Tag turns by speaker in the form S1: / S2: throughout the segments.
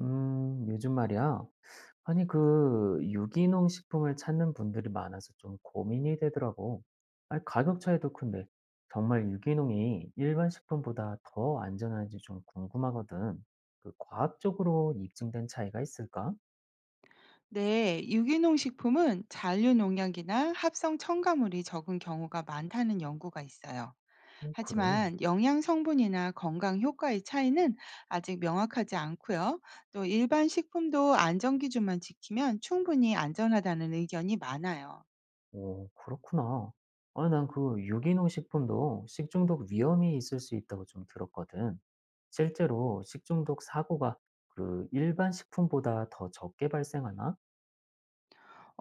S1: 요즘 말이야. 아니, 그, 유기농 식품을 찾는 분들이 많아서 좀 고민이 되더라고. 아니, 가격 차이도 큰데, 정말 유기농이 일반 식품보다 더 안전한지 좀 궁금하거든. 그, 과학적으로 입증된 차이가 있을까?
S2: 네, 유기농 식품은 잔류 농약이나 합성 첨가물이 적은 경우가 많다는 연구가 있어요.
S1: 오, 그래.
S2: 하지만 영양 성분이나 건강 효과의 차이는 아직 명확하지 않고요. 또 일반 식품도 안전 기준만 지키면 충분히 안전하다는 의견이 많아요.
S1: 오, 그렇구나. 아니, 난 그 유기농 식품도 식중독 위험이 있을 수 있다고 좀 들었거든. 실제로 식중독 사고가 그 일반 식품보다 더 적게 발생하나?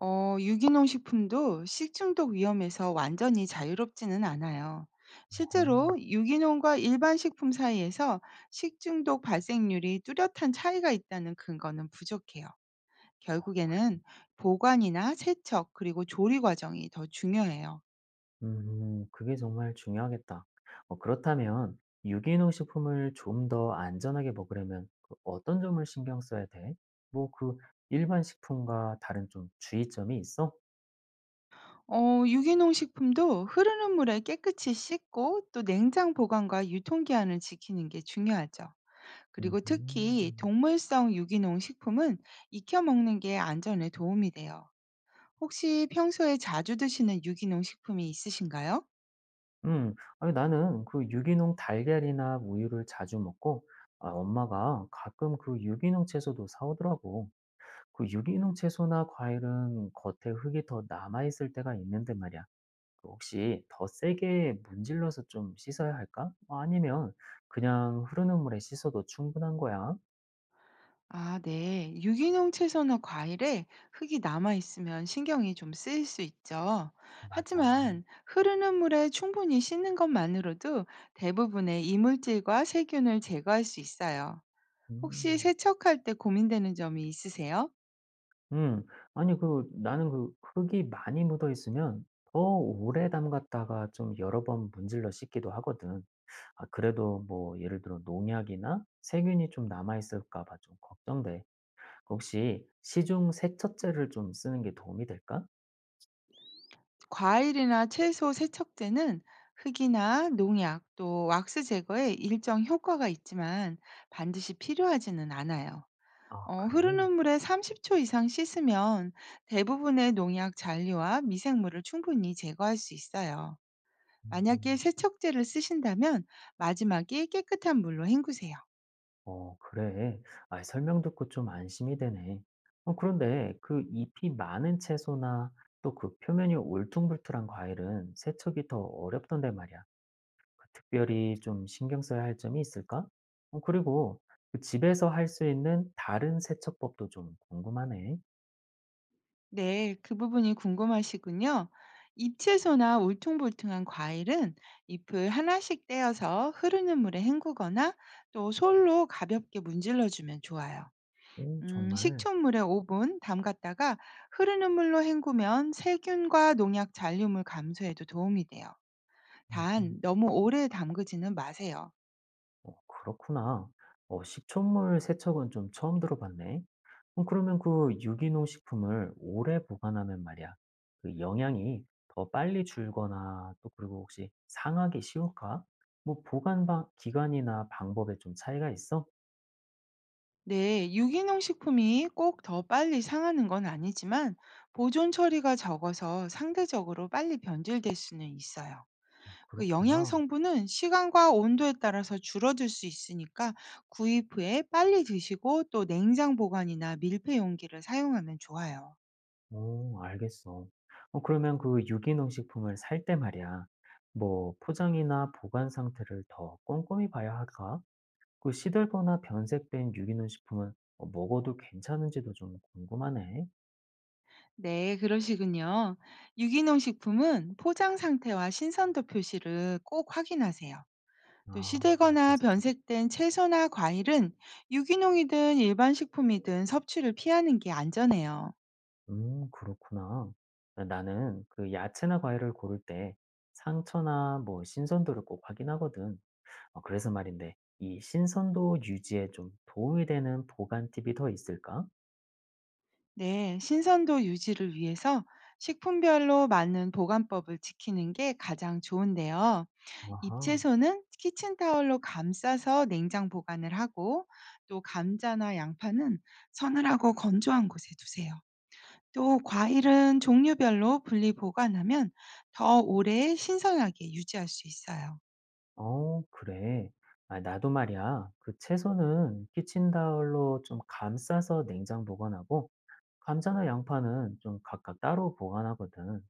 S2: 유기농 식품도 식중독 위험에서 완전히 자유롭지는 않아요. 실제로
S1: 오.
S2: 유기농과 일반 식품 사이에서 식중독 발생률이 뚜렷한 차이가 있다는 근거는 부족해요. 결국에는 보관이나 세척, 그리고 조리 과정이 더 중요해요.
S1: 그게 정말 중요하겠다. 어, 그렇다면 유기농 식품을 좀 더 안전하게 먹으려면 그 어떤 점을 신경 써야 돼? 뭐 그 일반 식품과 다른 좀 주의점이 있어?
S2: 유기농 식품도 흐르는 물에 깨끗이 씻고 또 냉장 보관과 유통기한을 지키는 게 중요하죠. 그리고
S1: 음,
S2: 특히 동물성 유기농 식품은 익혀 먹는 게 안전에 도움이 돼요. 혹시 평소에 자주 드시는 유기농 식품이 있으신가요?
S1: 음, 아니, 나는 그 유기농 달걀이나 우유를 자주 먹고 아, 엄마가 가끔 그 유기농 채소도 사오더라고. 그 유기농 채소나 과일은 겉에 흙이 더 남아있을 때가 있는데 말이야. 그 혹시 더 세게 문질러서 좀 씻어야 할까? 아니면 그냥 흐르는 물에 씻어도 충분한 거야?
S2: 아, 네. 유기농 채소나 과일에 흙이 남아 있으면 신경이 좀 쓰일 수 있죠.
S1: 맞아.
S2: 하지만 흐르는 물에 충분히 씻는 것만으로도 대부분의 이물질과 세균을 제거할 수 있어요. 혹시
S1: 음.
S2: 세척할 때 고민되는 점이 있으세요?
S1: 음. 아니 그 나는 그 흙이 많이 묻어 있으면 더 오래 담갔다가 좀 여러 번 문질러 씻기도 하거든. 아 그래도 뭐 예를 들어 농약이나 세균이 좀 남아 있을까 봐 좀 걱정돼. 혹시 시중 세척제를 좀 쓰는 게 도움이 될까?
S2: 과일이나 채소 세척제는 흙이나 농약 또 왁스 제거에 일정 효과가 있지만 반드시 필요하지는 않아요.
S1: 아, 그래.
S2: 흐르는 물에 30초 이상 씻으면 대부분의 농약 잔류와 미생물을 충분히 제거할 수 있어요.
S1: 음.
S2: 만약에
S1: 음.
S2: 세척제를 쓰신다면 마지막에 깨끗한 물로 헹구세요.
S1: 어, 그래. 아, 설명 듣고 좀 안심이 되네. 어, 그런데 그 잎이 많은 채소나 또 그 표면이 울퉁불퉁한 과일은 세척이 더 어렵던데 말이야. 그 특별히 좀 신경 써야 할 점이 있을까? 어, 그리고 그 집에서 할 수 있는 다른 세척법도 좀 궁금하네.
S2: 네, 그 부분이 궁금하시군요. 잎채소나 울퉁불퉁한 과일은 잎을 하나씩 떼어서 흐르는 물에 헹구거나 또 솔로 가볍게 문질러주면 좋아요.
S1: 오, 정말.
S2: 식초물에 5분 담갔다가 흐르는 물로 헹구면 세균과 농약 잔류물 감소에도 도움이 돼요.
S1: 음,
S2: 단,
S1: 음.
S2: 너무 오래 담그지는 마세요.
S1: 어, 그렇구나. 어, 식초물 세척은 좀 처음 들어봤네. 그러면 그 유기농 식품을 오래 보관하면 말이야. 그 영양이 더 빨리 줄거나 또 그리고 혹시 상하기 쉬울까? 뭐 보관 방, 기간이나 방법에 좀 차이가 있어?
S2: 네, 유기농 식품이 꼭 더 빨리 상하는 건 아니지만 보존 처리가 적어서 상대적으로 빨리 변질될 수는 있어요. 그 영양
S1: 그렇구나.
S2: 성분은 시간과 온도에 따라서 줄어들 수 있으니까 구입 후에 빨리 드시고 또 냉장 보관이나 밀폐 용기를 사용하면 좋아요.
S1: 오, 알겠어. 어, 그러면 그 유기농 식품을 살 때 말이야. 뭐 포장이나 보관 상태를 더 꼼꼼히 봐야 할까? 그 시들거나 변색된 유기농 식품은 먹어도 괜찮은지도 좀 궁금하네.
S2: 네, 그러시군요. 유기농 식품은 포장 상태와 신선도 표시를 꼭 확인하세요. 또
S1: 아,
S2: 시들거나
S1: 알겠어.
S2: 변색된 채소나 과일은 유기농이든 일반 식품이든 섭취를 피하는 게 안전해요.
S1: 그렇구나. 아, 나는 그 야채나 과일을 고를 때 상처나 뭐 신선도를 꼭 확인하거든. 어, 그래서 말인데, 이 신선도 유지에 좀 도움이 되는 보관 팁이 더 있을까?
S2: 네, 신선도 유지를 위해서 식품별로 맞는 보관법을 지키는 게 가장 좋은데요.
S1: 아하,
S2: 잎채소는 키친타올로 감싸서 냉장 보관을 하고 또 감자나 양파는 서늘하고 건조한 곳에 두세요. 또 과일은 종류별로 분리 보관하면 더 오래 신선하게 유지할 수 있어요.
S1: 어, 그래. 아, 나도 말이야. 그 채소는 키친타올로 좀 감싸서 냉장 보관하고, 감자나 양파는 좀 각각 따로 보관하거든.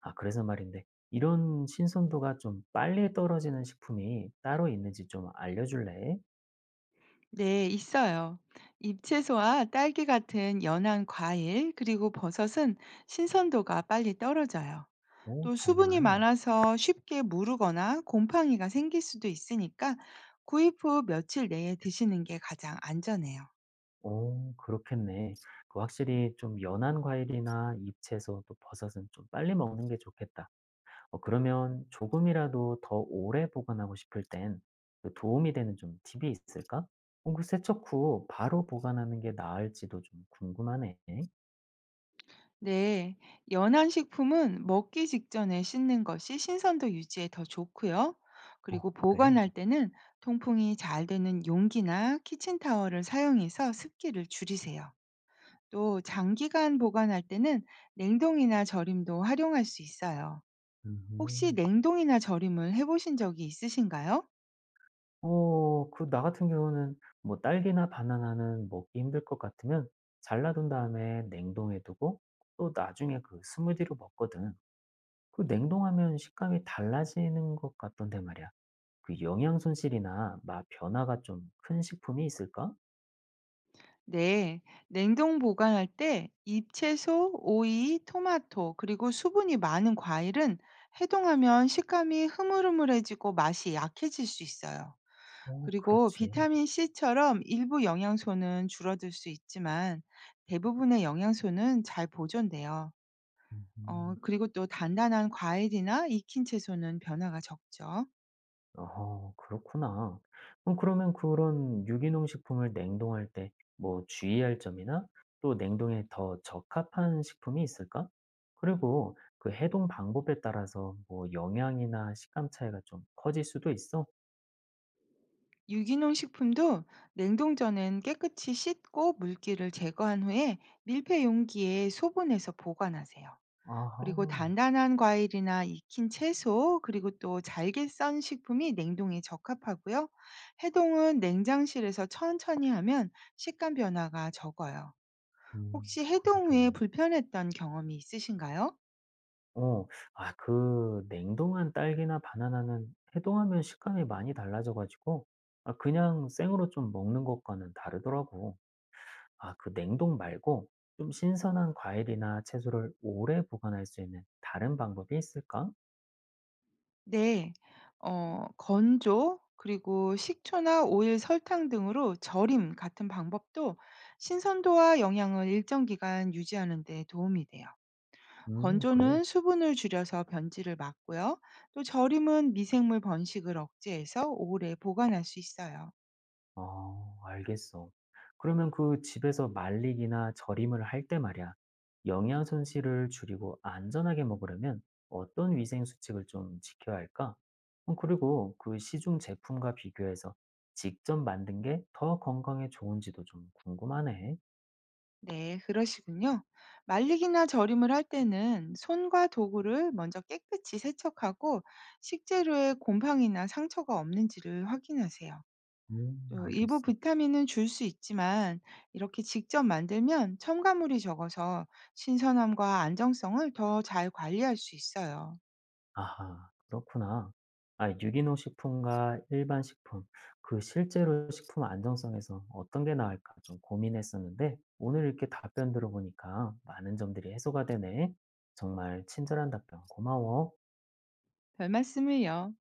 S1: 아, 그래서 말인데, 이런 신선도가 좀 빨리 떨어지는 식품이 따로 있는지 좀 알려줄래?
S2: 네, 있어요. 잎채소와 딸기 같은 연한 과일, 그리고 버섯은 신선도가 빨리 떨어져요.
S1: 오,
S2: 또 수분이
S1: 정말.
S2: 많아서 쉽게 무르거나 곰팡이가 생길 수도 있으니까 구입 후 며칠 내에 드시는 게 가장 안전해요.
S1: 오, 그렇겠네. 그 확실히 좀 연한 과일이나 잎채소 또 버섯은 좀 빨리 먹는 게 좋겠다. 어, 그러면 조금이라도 더 오래 보관하고 싶을 땐그 도움이 되는 좀 팁이 있을까? 어, 그 세척 후 바로 보관하는 게 나을지도 좀 궁금하네.
S2: 네, 연한 식품은 먹기 직전에 씻는 것이 신선도 유지에 더 좋고요.
S1: 어,
S2: 그리고
S1: 그래.
S2: 보관할 때는 통풍이 잘 되는 용기나 키친타월을 사용해서 습기를 줄이세요. 또 장기간 보관할 때는 냉동이나 절임도 활용할 수 있어요. 혹시
S1: 음.
S2: 냉동이나 절임을 해보신 적이 있으신가요?
S1: 어 그 나 같은 경우는 뭐 딸기나 바나나는 먹기 힘들 것 같으면 잘라둔 다음에 냉동해 두고 또 나중에 그 스무디로 먹거든. 그 냉동하면 식감이 달라지는 것 같던데 말이야. 그 영양 손실이나 맛 변화가 좀 큰 식품이 있을까?
S2: 네, 냉동 보관할 때 잎채소, 오이, 토마토, 그리고 수분이 많은 과일은 해동하면 식감이 흐물흐물해지고 맛이 약해질 수 있어요.
S1: 어,
S2: 그리고
S1: 그렇지.
S2: 비타민 C처럼 일부 영양소는 줄어들 수 있지만 대부분의 영양소는 잘 보존돼요.
S1: 음.
S2: 그리고 또 단단한 과일이나 익힌 채소는 변화가 적죠.
S1: 아 그렇구나. 그럼 그러면 그런 유기농 식품을 냉동할 때 뭐 주의할 점이나 또 냉동에 더 적합한 식품이 있을까? 그리고 그 해동 방법에 따라서 뭐 영양이나 식감 차이가 좀 커질 수도 있어?
S2: 유기농 식품도 냉동 전엔 깨끗이 씻고 물기를 제거한 후에 밀폐 용기에 소분해서 보관하세요. 그리고
S1: 아하.
S2: 단단한 과일이나 익힌 채소, 그리고 또 잘게 썬 식품이 냉동에 적합하고요. 해동은 냉장실에서 천천히 하면 식감 변화가 적어요. 혹시
S1: 그거
S2: 해동 후에
S1: 좋네.
S2: 불편했던 경험이 있으신가요?
S1: 어, 아, 그 냉동한 딸기나 바나나는 해동하면 식감이 많이 달라져가지고, 아, 그냥 생으로 좀 먹는 것과는 다르더라고. 아, 그 냉동 말고 좀 신선한 과일이나 채소를 오래 보관할 수 있는 다른 방법이 있을까?
S2: 네. 건조 그리고 식초나 오일, 설탕 등으로 절임 같은 방법도 신선도와 영양을 일정 기간 유지하는 데 도움이 돼요.
S1: 그래.
S2: 건조는 수분을 줄여서 변질을 막고요. 또 절임은 미생물 번식을 억제해서 오래 보관할 수 있어요.
S1: 어, 알겠어. 그러면 그 집에서 말리기나 절임을 할 때 말이야. 영양 손실을 줄이고 안전하게 먹으려면 어떤 위생 수칙을 좀 지켜야 할까? 어, 그리고 그 시중 제품과 비교해서 직접 만든 게 더 건강에 좋은지도 좀 궁금하네.
S2: 네, 그러시군요. 말리기나 절임을 할 때는 손과 도구를 먼저 깨끗이 세척하고 식재료에 곰팡이나 상처가 없는지를 확인하세요. 또 일부
S1: 알겠어.
S2: 비타민은 줄 수 있지만 이렇게 직접 만들면 첨가물이 적어서 신선함과 안정성을 더 잘 관리할 수 있어요.
S1: 아하, 그렇구나. 아, 유기농 식품과 일반 식품, 그 실제로 식품 안정성에서 어떤 게 나을까 좀 고민했었는데, 오늘 이렇게 답변 들어보니까 많은 점들이 해소가 되네. 정말 친절한 답변 고마워.
S2: 별 말씀을요.